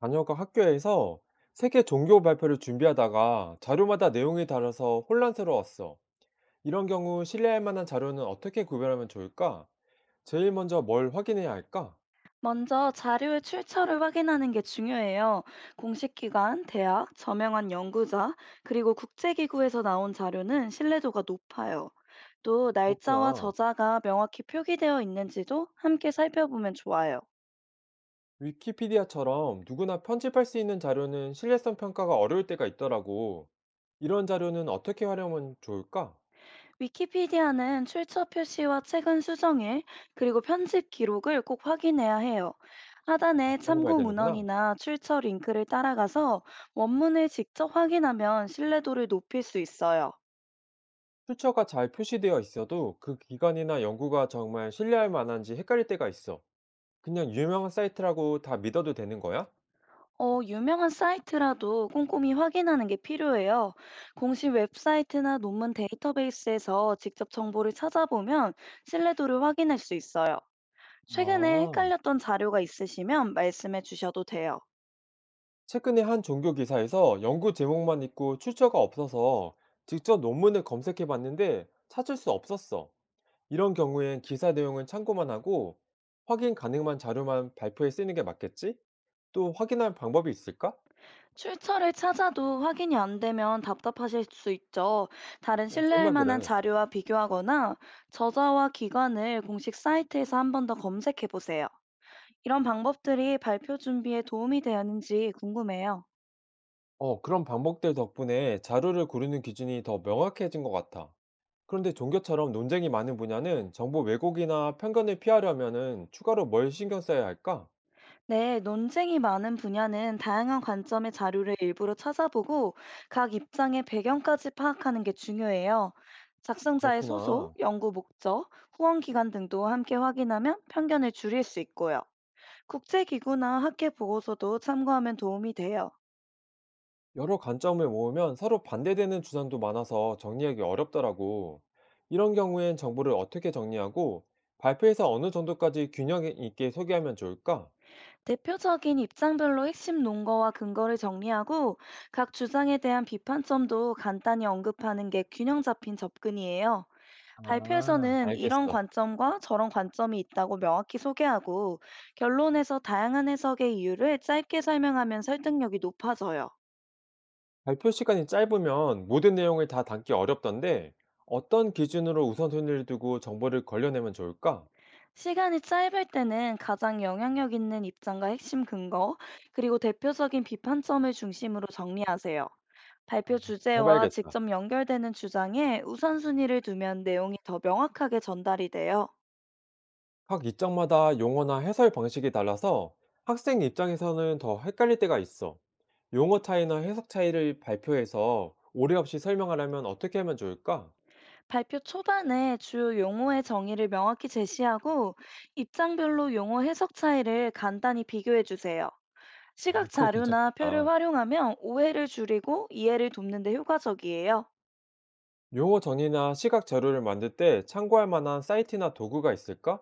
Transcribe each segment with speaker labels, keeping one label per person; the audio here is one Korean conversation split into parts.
Speaker 1: 자녀가 학교에서 세계 종교 발표를 준비하다가 자료마다 내용이 달라서 혼란스러웠어. 이런 경우 신뢰할 만한 자료는 어떻게 구별하면 좋을까? 제일 먼저 뭘 확인해야 할까?
Speaker 2: 먼저 자료의 출처를 확인하는 게 중요해요. 공식 기관, 대학, 저명한 연구자, 그리고 국제기구에서 나온 자료는 신뢰도가 높아요. 또 날짜와
Speaker 1: 그렇구나.
Speaker 2: 저자가 명확히 표기되어 있는지도 함께 살펴보면 좋아요.
Speaker 1: 위키피디아처럼 누구나 편집할 수 있는 자료는 신뢰성 평가가 어려울 때가 있더라고. 이런 자료는 어떻게 활용하면 좋을까?
Speaker 2: 위키피디아는 출처 표시와 최근 수정일, 그리고 편집 기록을 꼭 확인해야 해요.
Speaker 1: 아,
Speaker 2: 하단에
Speaker 1: 그런 거 봐야
Speaker 2: 참고
Speaker 1: 되는구나.
Speaker 2: 문헌이나 출처 링크를 따라가서 원문을 직접 확인하면 신뢰도를 높일 수 있어요.
Speaker 1: 출처가 잘 표시되어 있어도 그 기관이나 연구가 정말 신뢰할 만한지 헷갈릴 때가 있어. 그냥 유명한 사이트라고 다 믿어도 되는 거야?
Speaker 2: 어, 유명한 사이트라도 꼼꼼히 확인하는 게 필요해요. 공식 웹사이트나 논문 데이터베이스에서 직접 정보를 찾아보면 신뢰도를 확인할 수 있어요. 최근에
Speaker 1: 아,
Speaker 2: 헷갈렸던 자료가 있으시면 말씀해 주셔도 돼요.
Speaker 1: 최근에 한 종교 기사에서 연구 제목만 있고 출처가 없어서 직접 논문을 검색해 봤는데 찾을 수 없었어. 이런 경우엔 기사 내용은 참고만 하고 확인 가능한 자료만 발표에 쓰는 게 맞겠지? 또 확인할 방법이 있을까?
Speaker 2: 출처를 찾아도 확인이 안 되면 답답하실 수 있죠. 다른
Speaker 1: 어,
Speaker 2: 신뢰할
Speaker 1: 정말
Speaker 2: 만한
Speaker 1: 그래.
Speaker 2: 자료와 비교하거나 저자와 기관을 공식 사이트에서 한 번 더 검색해 보세요. 이런 방법들이 발표 준비에 도움이 되었는지 궁금해요.
Speaker 1: 어, 그런 방법들 덕분에 자료를 고르는 기준이 더 명확해진 것 같아. 그런데 종교처럼 논쟁이 많은 분야는 정보 왜곡이나 편견을 피하려면은 추가로 뭘 신경 써야 할까?
Speaker 2: 네, 논쟁이 많은 분야는 다양한 관점의 자료를 일부러 찾아보고 각 입장의 배경까지 파악하는 게 중요해요. 작성자의 소속,
Speaker 1: 그렇구나.
Speaker 2: 연구 목적, 후원 기관 등도 함께 확인하면 편견을 줄일 수 있고요. 국제기구나 학회 보고서도 참고하면 도움이 돼요.
Speaker 1: 여러 관점을 모으면 서로 반대되는 주장도 많아서 정리하기 어렵더라고. 이런 경우엔 정보를 어떻게 정리하고 발표에서 어느 정도까지 균형 있게 소개하면 좋을까?
Speaker 2: 대표적인 입장별로 핵심 논거와 근거를 정리하고 각 주장에 대한 비판점도 간단히 언급하는 게 균형 잡힌 접근이에요.
Speaker 1: 아,
Speaker 2: 발표에서는 이런
Speaker 1: 알겠어.
Speaker 2: 관점과 저런 관점이 있다고 명확히 소개하고 결론에서 다양한 해석의 이유를 짧게 설명하면 설득력이 높아져요.
Speaker 1: 발표 시간이 짧으면 모든 내용을 다 담기 어렵던데 어떤 기준으로 우선순위를 두고 정보를 걸려내면 좋을까?
Speaker 2: 시간이 짧을 때는 가장 영향력 있는 입장과 핵심 근거, 그리고 대표적인 비판점을 중심으로 정리하세요. 발표 주제와
Speaker 1: 해봐야겠다.
Speaker 2: 직접 연결되는 주장에 우선순위를 두면 내용이 더 명확하게 전달이 돼요.
Speaker 1: 각 입장마다 용어나 해설 방식이 달라서 학생 입장에서는 더 헷갈릴 때가 있어. 용어 차이나 해석 차이를 발표해서 오해 없이 설명하려면 어떻게 하면 좋을까?
Speaker 2: 발표 초반에 주요 용어의 정의를 명확히 제시하고 입장별로 용어 해석 차이를 간단히 비교해 주세요.
Speaker 1: 아,
Speaker 2: 시각
Speaker 1: 그거
Speaker 2: 자료나
Speaker 1: 괜찮겠다.
Speaker 2: 표를 활용하면 오해를 줄이고 이해를 돕는 데 효과적이에요.
Speaker 1: 용어 정의나 시각 자료를 만들 때 참고할 만한 사이트나 도구가 있을까?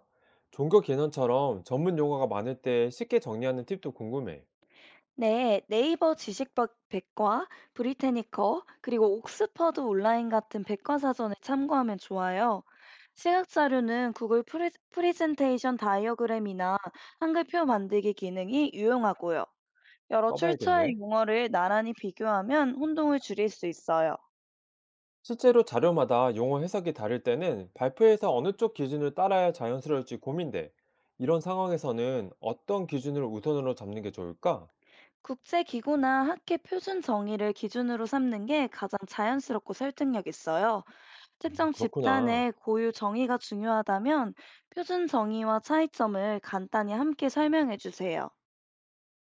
Speaker 1: 종교 개념처럼 전문 용어가 많을 때 쉽게 정리하는 팁도 궁금해.
Speaker 2: 네, 네이버 지식 백과, 브리테니커, 그리고 옥스퍼드 온라인 같은 백과사전을 참고하면 좋아요. 시각 자료는 구글 프리젠테이션 다이어그램이나 한글표 만들기 기능이 유용하고요. 여러 출처의
Speaker 1: 써봐야겠네.
Speaker 2: 용어를 나란히 비교하면 혼동을 줄일 수 있어요.
Speaker 1: 실제로 자료마다 용어 해석이 다를 때는 발표에서 어느 쪽 기준을 따라야 자연스러울지 고민돼. 이런 상황에서는 어떤 기준을 우선으로 잡는 게 좋을까?
Speaker 2: 국제기구나 학계 표준 정의를 기준으로 삼는 게 가장 자연스럽고 설득력 있어요. 특정
Speaker 1: 그렇구나.
Speaker 2: 집단의 고유 정의가 중요하다면 표준 정의와 차이점을 간단히 함께 설명해 주세요.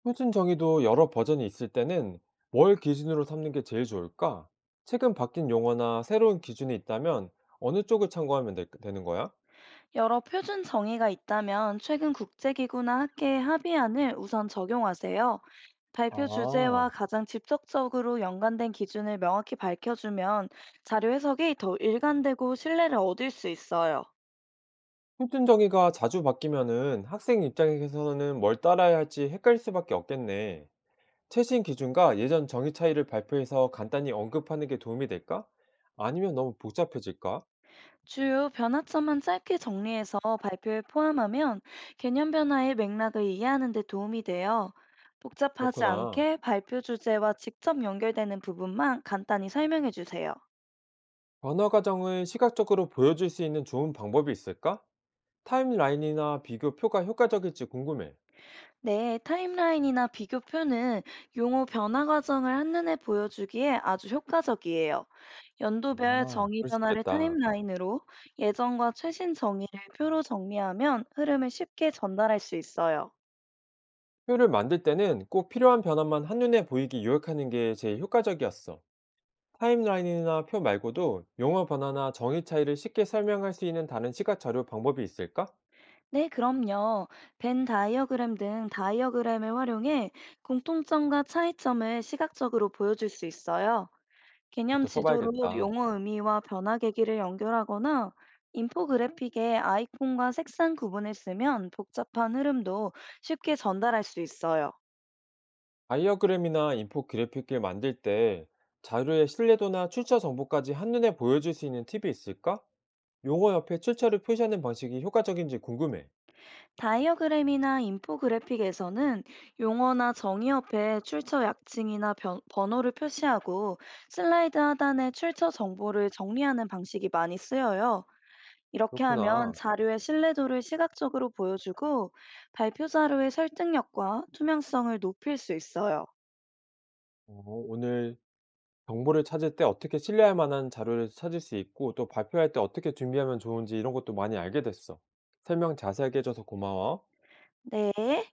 Speaker 1: 표준 정의도 여러 버전이 있을 때는 뭘 기준으로 삼는 게 제일 좋을까? 최근 바뀐 용어나 새로운 기준이 있다면 어느 쪽을 참고하면 되는 거야?
Speaker 2: 여러 표준 정의가 있다면 최근 국제기구나 학계의 합의안을 우선 적용하세요. 발표 주제와
Speaker 1: 아,
Speaker 2: 가장 직접적으로 연관된 기준을 명확히 밝혀주면 자료 해석이 더 일관되고 신뢰를 얻을 수 있어요.
Speaker 1: 표준 정의가 자주 바뀌면은 학생 입장에서는 뭘 따라야 할지 헷갈릴 수밖에 없겠네. 최신 기준과 예전 정의 차이를 발표해서 간단히 언급하는 게 도움이 될까? 아니면 너무 복잡해질까?
Speaker 2: 주요 변화점만 짧게 정리해서 발표에 포함하면 개념 변화의 맥락을 이해하는 데 도움이 돼요. 복잡하지
Speaker 1: 그렇구나.
Speaker 2: 않게 발표 주제와 직접 연결되는 부분만 간단히 설명해 주세요.
Speaker 1: 변화 과정을 시각적으로 보여줄 수 있는 좋은 방법이 있을까? 타임라인이나 비교표가 효과적일지 궁금해.
Speaker 2: 네, 타임라인이나 비교표는 용어 변화 과정을 한눈에 보여주기에 아주 효과적이에요. 연도별
Speaker 1: 아,
Speaker 2: 정의
Speaker 1: 그럴 수
Speaker 2: 변화를
Speaker 1: 있겠다.
Speaker 2: 타임라인으로 예전과 최신 정의를 표로 정리하면 흐름을 쉽게 전달할 수 있어요.
Speaker 1: 표를 만들 때는 꼭 필요한 변화만 한눈에 보이게 요약하는 게 제일 효과적이었어. 타임라인이나 표 말고도 용어 변화나 정의 차이를 쉽게 설명할 수 있는 다른 시각 자료 방법이 있을까?
Speaker 2: 네, 그럼요. 벤 다이어그램 등 다이어그램을 활용해 공통점과 차이점을 시각적으로 보여줄 수 있어요. 개념
Speaker 1: 그것도
Speaker 2: 지도로
Speaker 1: 써봐야겠다.
Speaker 2: 용어 의미와 변화 계기를 연결하거나 인포그래픽에 아이콘과 색상 구분을 쓰면 복잡한 흐름도 쉽게 전달할 수 있어요.
Speaker 1: 다이어그램이나 인포그래픽을 만들 때 자료의 신뢰도나 출처 정보까지 한눈에 보여줄 수 있는 팁이 있을까? 용어 옆에 출처를 표시하는 방식이 효과적인지 궁금해.
Speaker 2: 다이어그램이나 인포그래픽에서는 용어나 정의 옆에 출처 약칭이나 번호를 표시하고 슬라이드 하단에 출처 정보를 정리하는 방식이 많이 쓰여요. 이렇게 하면
Speaker 1: 그렇구나.
Speaker 2: 자료의 신뢰도를 시각적으로 보여주고 발표 자료의 설득력과 투명성을 높일 수 있어요.
Speaker 1: 어, 오늘 정보를 찾을 때 어떻게 신뢰할 만한 자료를 찾을 수 있고 또 발표할 때 어떻게 준비하면 좋은지 이런 것도 많이 알게 됐어. 설명 자세하게 해줘서 고마워.
Speaker 2: 네.